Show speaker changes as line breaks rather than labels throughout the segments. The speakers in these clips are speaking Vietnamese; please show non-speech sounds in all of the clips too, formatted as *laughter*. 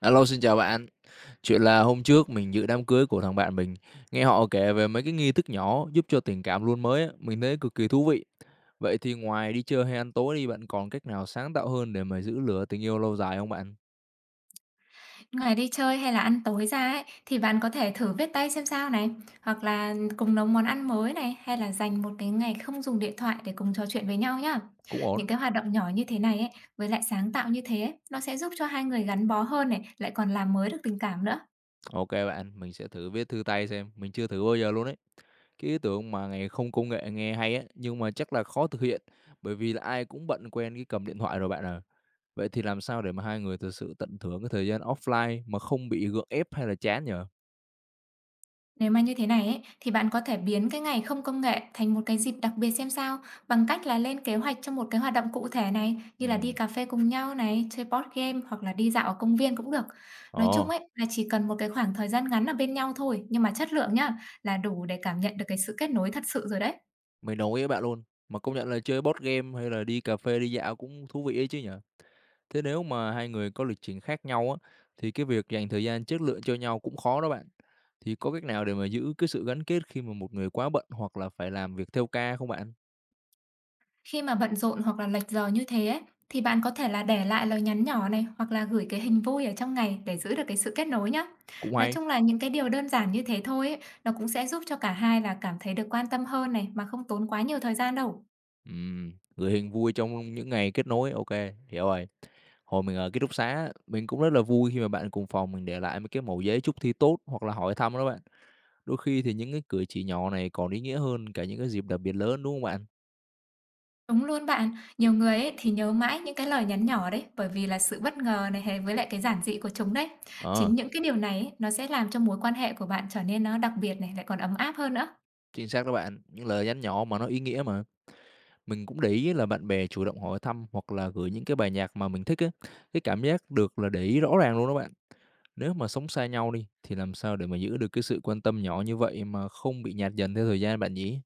Alo, xin chào bạn. Chuyện là hôm trước mình dự đám cưới của thằng bạn mình, nghe họ kể về mấy cái nghi thức nhỏ giúp cho tình cảm luôn mới á, mình thấy cực kỳ thú vị. Vậy thì ngoài đi chơi hay ăn tối đi, bạn còn cách nào sáng tạo hơn để mà giữ lửa tình yêu lâu dài không bạn?
Ngoài đi chơi hay là ăn tối ra ấy, thì bạn có thể thử viết tay xem sao này, hoặc là cùng nấu món ăn mới này, hay là dành một cái ngày không dùng điện thoại để cùng trò chuyện với nhau nhá.
Cũng ổn.
Những cái hoạt động nhỏ như thế này ấy, với lại sáng tạo như thế ấy, nó sẽ giúp cho hai người gắn bó hơn này, lại còn làm mới được tình cảm nữa.
Ok bạn, mình sẽ thử viết thư tay xem, mình chưa thử bao giờ luôn đấy. Cái ý tưởng mà ngày không công nghệ nghe hay á, nhưng mà chắc là khó thực hiện bởi vì là ai cũng bận quen cái cầm điện thoại rồi bạn à. Vậy thì làm sao để mà hai người thực sự tận hưởng cái thời gian offline mà không bị gượng ép hay là chán nhỉ?
Nếu mà như thế này ấy, thì bạn có thể biến cái ngày không công nghệ thành một cái dịp đặc biệt xem sao bằng cách là lên kế hoạch cho một cái hoạt động cụ thể này, như là đi
Ừm,
cà phê cùng nhau này, chơi board game hoặc là đi dạo ở công viên cũng được. Nói chung
ồ,
ấy là chỉ cần một cái khoảng thời gian ngắn ở bên nhau thôi, nhưng mà chất lượng nhá, là đủ để cảm nhận được cái sự kết nối thật sự rồi đấy.
mình đồng ý với bạn luôn. Mà công nhận là chơi board game hay là đi cà phê, đi dạo cũng thú vị ấy chứ nhở? Thế nếu mà hai người có lịch trình khác nhau á, thì cái việc dành thời gian chất lượng cho nhau cũng khó đó bạn. Thì có cách nào để mà giữ cái sự gắn kết khi mà một người quá bận hoặc là phải làm việc theo ca không bạn?
Khi mà bận rộn hoặc là lệch giờ như thế ấy, thì bạn có thể là để lại lời nhắn nhỏ này, hoặc là gửi cái hình vui ở trong ngày để giữ được cái sự kết nối nhá.
Cũng
Nói
hay.
chung là những cái điều đơn giản như thế thôi ấy, nó cũng sẽ giúp cho cả hai là cảm thấy được quan tâm hơn này, mà không tốn quá nhiều thời gian đâu.
Gửi hình vui trong những ngày kết nối, OK, hiểu rồi. Hồi mình ở ký túc xá, mình cũng rất là vui khi mà bạn cùng phòng mình để lại mấy cái mẩu giấy chúc thi tốt hoặc là hỏi thăm đó bạn. Đôi khi thì những cái cử chỉ nhỏ này còn ý nghĩa hơn cả những cái dịp đặc biệt lớn, đúng không bạn?
Đúng luôn bạn, nhiều người ấy thì nhớ mãi những cái lời nhắn nhỏ đấy, bởi vì là sự bất ngờ này, hay với lại cái giản dị của chúng đấy.
Ờ,
Chính những cái điều này ấy, nó sẽ làm cho mối quan hệ của bạn trở nên nó đặc biệt này, lại còn ấm áp hơn nữa.
chính xác đó bạn, những lời nhắn nhỏ mà nó ý nghĩa mà. Mình cũng để ý là bạn bè chủ động hỏi thăm hoặc là gửi những cái bài nhạc mà mình thích á, cái cảm giác được là để ý rõ ràng luôn đó bạn. Nếu mà sống xa nhau đi thì làm sao để mà giữ được cái sự quan tâm nhỏ như vậy mà không bị nhạt dần theo thời gian bạn nhỉ?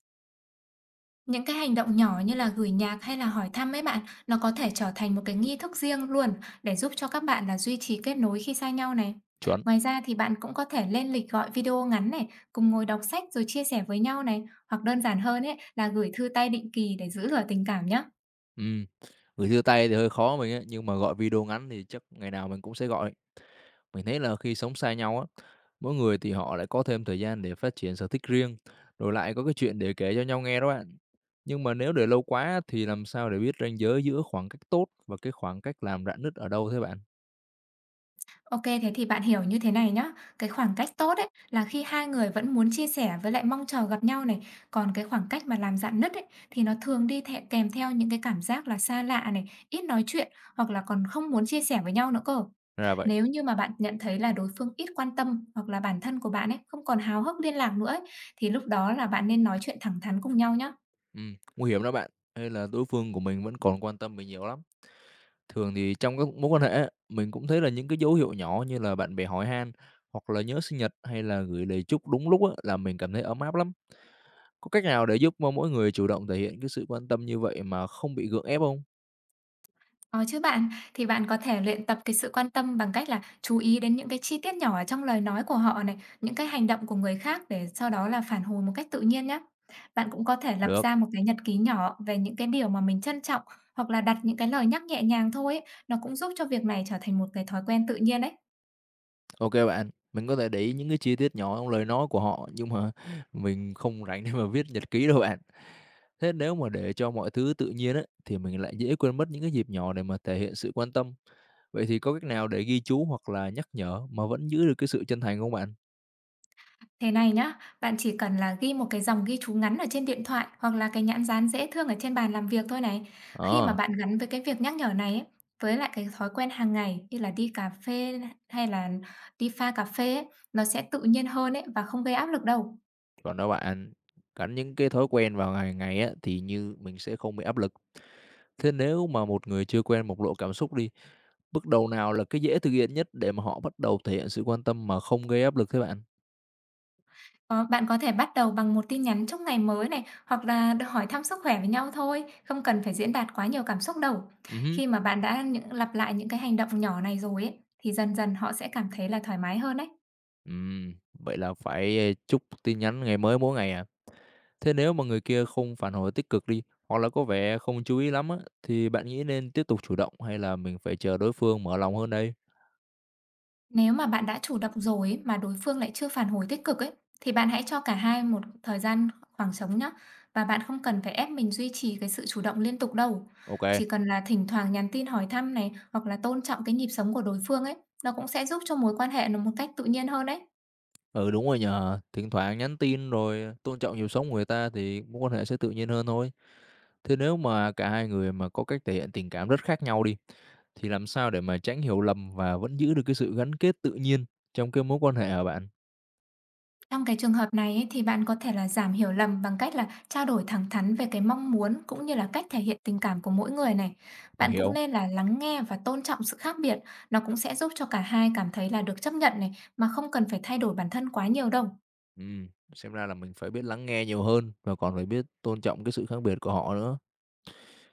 Những cái hành động nhỏ như là gửi nhạc hay là hỏi thăm ấy bạn, nó có thể trở thành một cái nghi thức riêng luôn, để giúp cho các bạn là duy trì kết nối khi xa nhau này.
Chuẩn.
Ngoài ra thì bạn cũng có thể lên lịch gọi video ngắn này, cùng ngồi đọc sách rồi chia sẻ với nhau này, hoặc đơn giản hơn ấy là gửi thư tay định kỳ để giữ lửa tình cảm nhé.
Ừ. Gửi thư tay thì hơi khó mình á, nhưng mà gọi video ngắn thì chắc ngày nào mình cũng sẽ gọi. Mình thấy là khi sống xa nhau á, mỗi người thì họ lại có thêm thời gian để phát triển sở thích riêng, rồi lại có cái chuyện để kể cho nhau nghe đó bạn. Nhưng mà nếu để lâu quá thì làm sao để biết ranh giới giữa khoảng cách tốt và cái khoảng cách làm rạn nứt ở đâu thế bạn?
OK, thế thì bạn hiểu như thế này nhá. Cái khoảng cách tốt ấy, là khi hai người vẫn muốn chia sẻ với lại mong chờ gặp nhau này, còn cái khoảng cách mà làm rạn nứt ấy, thì nó thường đi thẹ kèm theo những cái cảm giác là xa lạ này, ít nói chuyện, hoặc là còn không muốn chia sẻ với nhau nữa cơ.
Ra vậy.
Nếu như mà bạn nhận thấy là đối phương ít quan tâm, hoặc là bản thân của bạn ấy không còn hào hức liên lạc nữa ấy, thì lúc đó là bạn nên nói chuyện thẳng thắn cùng nhau nhé.
Ừ, nguy hiểm đó bạn. Hay là đối phương của mình vẫn còn quan tâm mình nhiều lắm. Thường thì trong các mối quan hệ á, mình cũng thấy là những cái dấu hiệu nhỏ như là bạn bè hỏi han hoặc là nhớ sinh nhật hay là gửi lời chúc đúng lúc á, là mình cảm thấy ấm áp lắm. Có cách nào để giúp mong mỗi người chủ động thể hiện cái sự quan tâm như vậy mà không bị gượng ép không?
Có chứ bạn, thì bạn có thể luyện tập cái sự quan tâm bằng cách là chú ý đến những cái chi tiết nhỏ ở trong lời nói của họ này, những cái hành động của người khác, để sau đó là phản hồi một cách tự nhiên nhé. Bạn cũng có thể lập
Được,
ra một cái nhật ký nhỏ về những cái điều mà mình trân trọng, hoặc là đặt những cái lời nhắc nhẹ nhàng thôi ấy, nó cũng giúp cho việc này trở thành một cái thói quen tự nhiên đấy.
OK bạn. Mình có thể để ý những cái chi tiết nhỏ trong lời nói của họ, nhưng mà *laughs* mình không rảnh để mà viết nhật ký đâu bạn. Thế nếu mà để cho mọi thứ tự nhiên á, thì mình lại dễ quên mất những cái dịp nhỏ để mà thể hiện sự quan tâm. Vậy thì có cách nào để ghi chú hoặc là nhắc nhở mà vẫn giữ được cái sự chân thành không bạn?
Thế này nhá, bạn chỉ cần là ghi một cái dòng ghi chú ngắn ở trên điện thoại, hoặc là cái nhãn dán dễ thương ở trên bàn làm việc thôi này. Khi mà
Ờ,
bạn gắn với cái việc nhắc nhở này ấy, với lại cái thói quen hàng ngày như là đi cà phê hay là đi pha cà phê ấy, nó sẽ tự nhiên hơn ấy và không gây áp lực đâu.
còn đó bạn, gắn những cái thói quen vào ngày ngày á, thì như mình sẽ không bị áp lực. Thế nếu mà một người chưa quen bộc lộ cảm xúc đi. Bước đầu nào là cái dễ thực hiện nhất để mà họ bắt đầu thể hiện sự quan tâm mà không gây áp lực thế bạn?
Ờ, bạn có thể bắt đầu bằng một tin nhắn chúc ngày mới này, hoặc là hỏi thăm sức khỏe với nhau thôi, không cần phải diễn đạt quá nhiều cảm xúc đâu.
Hứm.
Khi mà bạn đã lặp lại những cái hành động nhỏ này rồi ấy, thì dần dần họ sẽ cảm thấy là thoải mái hơn đấy.
Vậy là phải, ơ, chúc tin nhắn ngày mới mỗi ngày à? Thế nếu mà người kia không phản hồi tích cực đi, hoặc là có vẻ không chú ý lắm á, thì bạn nghĩ nên tiếp tục chủ động hay là mình phải chờ đối phương mở lòng hơn đây?
Nếu mà bạn đã chủ động rồi ấy, mà đối phương lại chưa phản hồi tích cực ấy, thì bạn hãy cho cả hai một thời gian khoảng trống nhá. Và bạn không cần phải ép mình duy trì cái sự chủ động liên tục đâu.
Ok.
Chỉ cần là thỉnh thoảng nhắn tin hỏi thăm này, hoặc là tôn trọng cái nhịp sống của đối phương ấy, nó cũng sẽ giúp cho mối quan hệ nó một cách tự nhiên hơn đấy.
Ừ, đúng rồi nhờ. Thỉnh thoảng nhắn tin rồi tôn trọng nhịp sống của người ta thì mối quan hệ sẽ tự nhiên hơn thôi. Thế nếu mà cả hai người mà có cách thể hiện tình cảm rất khác nhau đi, thì làm sao để mà tránh hiểu lầm và vẫn giữ được cái sự gắn kết tự nhiên trong cái mối quan hệ hả bạn?
Trong cái trường hợp này ấy, thì bạn có thể là giảm hiểu lầm bằng cách là trao đổi thẳng thắn về cái mong muốn, cũng như là cách thể hiện tình cảm của mỗi người này.
Mình
Bạn cũng
hiểu.
nên là lắng nghe và tôn trọng sự khác biệt, nó cũng sẽ giúp cho cả hai cảm thấy là được chấp nhận này, mà không cần phải thay đổi bản thân quá nhiều đâu.
Xem ra là mình phải biết lắng nghe nhiều hơn và còn phải biết tôn trọng cái sự khác biệt của họ nữa.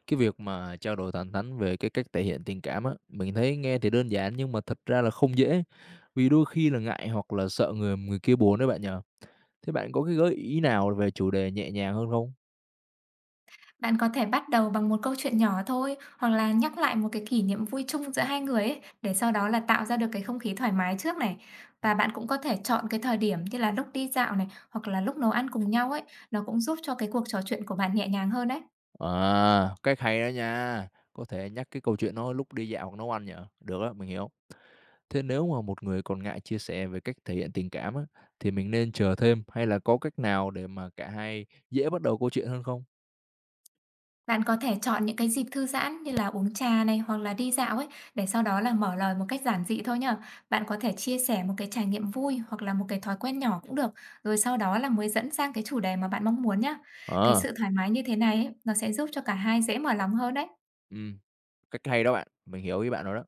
Cái việc mà trao đổi thẳng thắn về cái cách thể hiện tình cảm á, mình thấy nghe thì đơn giản nhưng mà thật ra là không dễ, vì đôi khi là ngại hoặc là sợ người người kia buồn đấy bạn nhỉ? Thế bạn có cái gợi ý nào về chủ đề nhẹ nhàng hơn không?
Bạn có thể bắt đầu bằng một câu chuyện nhỏ thôi, hoặc là nhắc lại một cái kỷ niệm vui chung giữa hai người ấy, để sau đó là tạo ra được cái không khí thoải mái trước này. Và bạn cũng có thể chọn cái thời điểm như là lúc đi dạo này, hoặc là lúc nấu ăn cùng nhau ấy, nó cũng giúp cho cái cuộc trò chuyện của bạn nhẹ nhàng hơn đấy.
À, cách hay đó nha. Có thể nhắc cái câu chuyện nó lúc đi dạo hoặc nấu ăn nhỉ? Được á, mình hiểu. Thế nếu mà một người còn ngại chia sẻ về cách thể hiện tình cảm á, thì mình nên chờ thêm hay là có cách nào để mà cả hai dễ bắt đầu câu chuyện hơn không?
Bạn có thể chọn những cái dịp thư giãn như là uống trà này, hoặc là đi dạo ấy, để sau đó là mở lời một cách giản dị thôi nhá. Bạn có thể chia sẻ một cái trải nghiệm vui, hoặc là một cái thói quen nhỏ cũng được, rồi sau đó là mới dẫn sang cái chủ đề mà bạn mong muốn nhá. Cái
Ờ,
sự thoải mái như thế này ấy, nó sẽ giúp cho cả hai dễ mở lòng hơn đấy.
ừm, cách hay đó bạn, mình hiểu ý bạn rồi đó.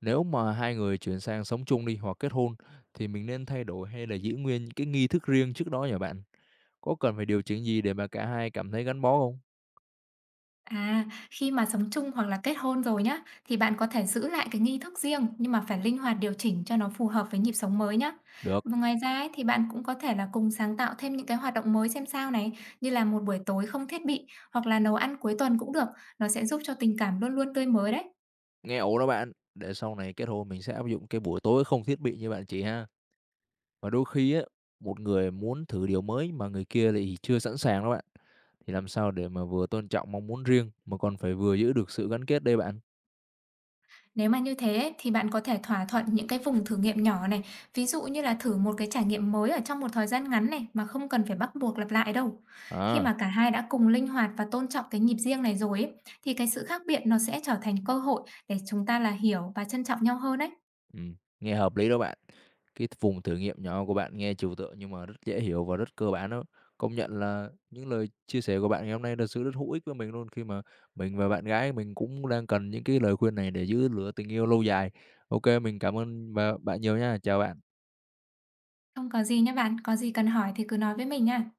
Nếu mà hai người chuyển sang sống chung đi hoặc kết hôn thì mình nên thay đổi hay là giữ nguyên những cái nghi thức riêng trước đó nhỉ bạn? Có cần phải điều chỉnh gì để mà cả hai cảm thấy gắn bó không?
À, khi mà sống chung hoặc là kết hôn rồi nhá, thì bạn có thể giữ lại cái nghi thức riêng, nhưng mà phải linh hoạt điều chỉnh cho nó phù hợp với nhịp sống mới nhá.
Được,
Và ngoài ra ấy, thì bạn cũng có thể là cùng sáng tạo thêm những cái hoạt động mới xem sao này, như là một buổi tối không thiết bị, hoặc là nấu ăn cuối tuần cũng được, nó sẽ giúp cho tình cảm luôn luôn tươi mới đấy.
nghe ổn đó bạn. Để sau này kết hôn mình sẽ áp dụng cái buổi tối không thiết bị như bạn chị ha. Và đôi khi á, một người muốn thử điều mới mà người kia lại chưa sẵn sàng đó bạn. Thì làm sao để mà vừa tôn trọng mong muốn riêng mà còn phải vừa giữ được sự gắn kết đây bạn?
Nếu mà như thế ấy, thì bạn có thể thỏa thuận những cái vùng thử nghiệm nhỏ này, ví dụ như là thử một cái trải nghiệm mới ở trong một thời gian ngắn này, mà không cần phải bắt buộc lặp lại đâu. Khi
À,
mà cả hai đã cùng linh hoạt và tôn trọng cái nhịp riêng này rồi ấy, thì cái sự khác biệt nó sẽ trở thành cơ hội để chúng ta là hiểu và trân trọng nhau hơn đấy.
ừ, nghe hợp lý đó bạn. Cái vùng thử nghiệm nhỏ của bạn nghe trừu tượng nhưng mà rất dễ hiểu và rất cơ bản đó. Công nhận là những lời chia sẻ của bạn ngày hôm nay thật sự rất hữu ích với mình luôn khi mà mình và bạn gái mình cũng đang cần những cái lời khuyên này để giữ lửa tình yêu lâu dài. Ok, mình cảm ơn bạn nhiều nha. Chào bạn.
Không có gì nhé bạn, có gì cần hỏi thì cứ nói với mình nha.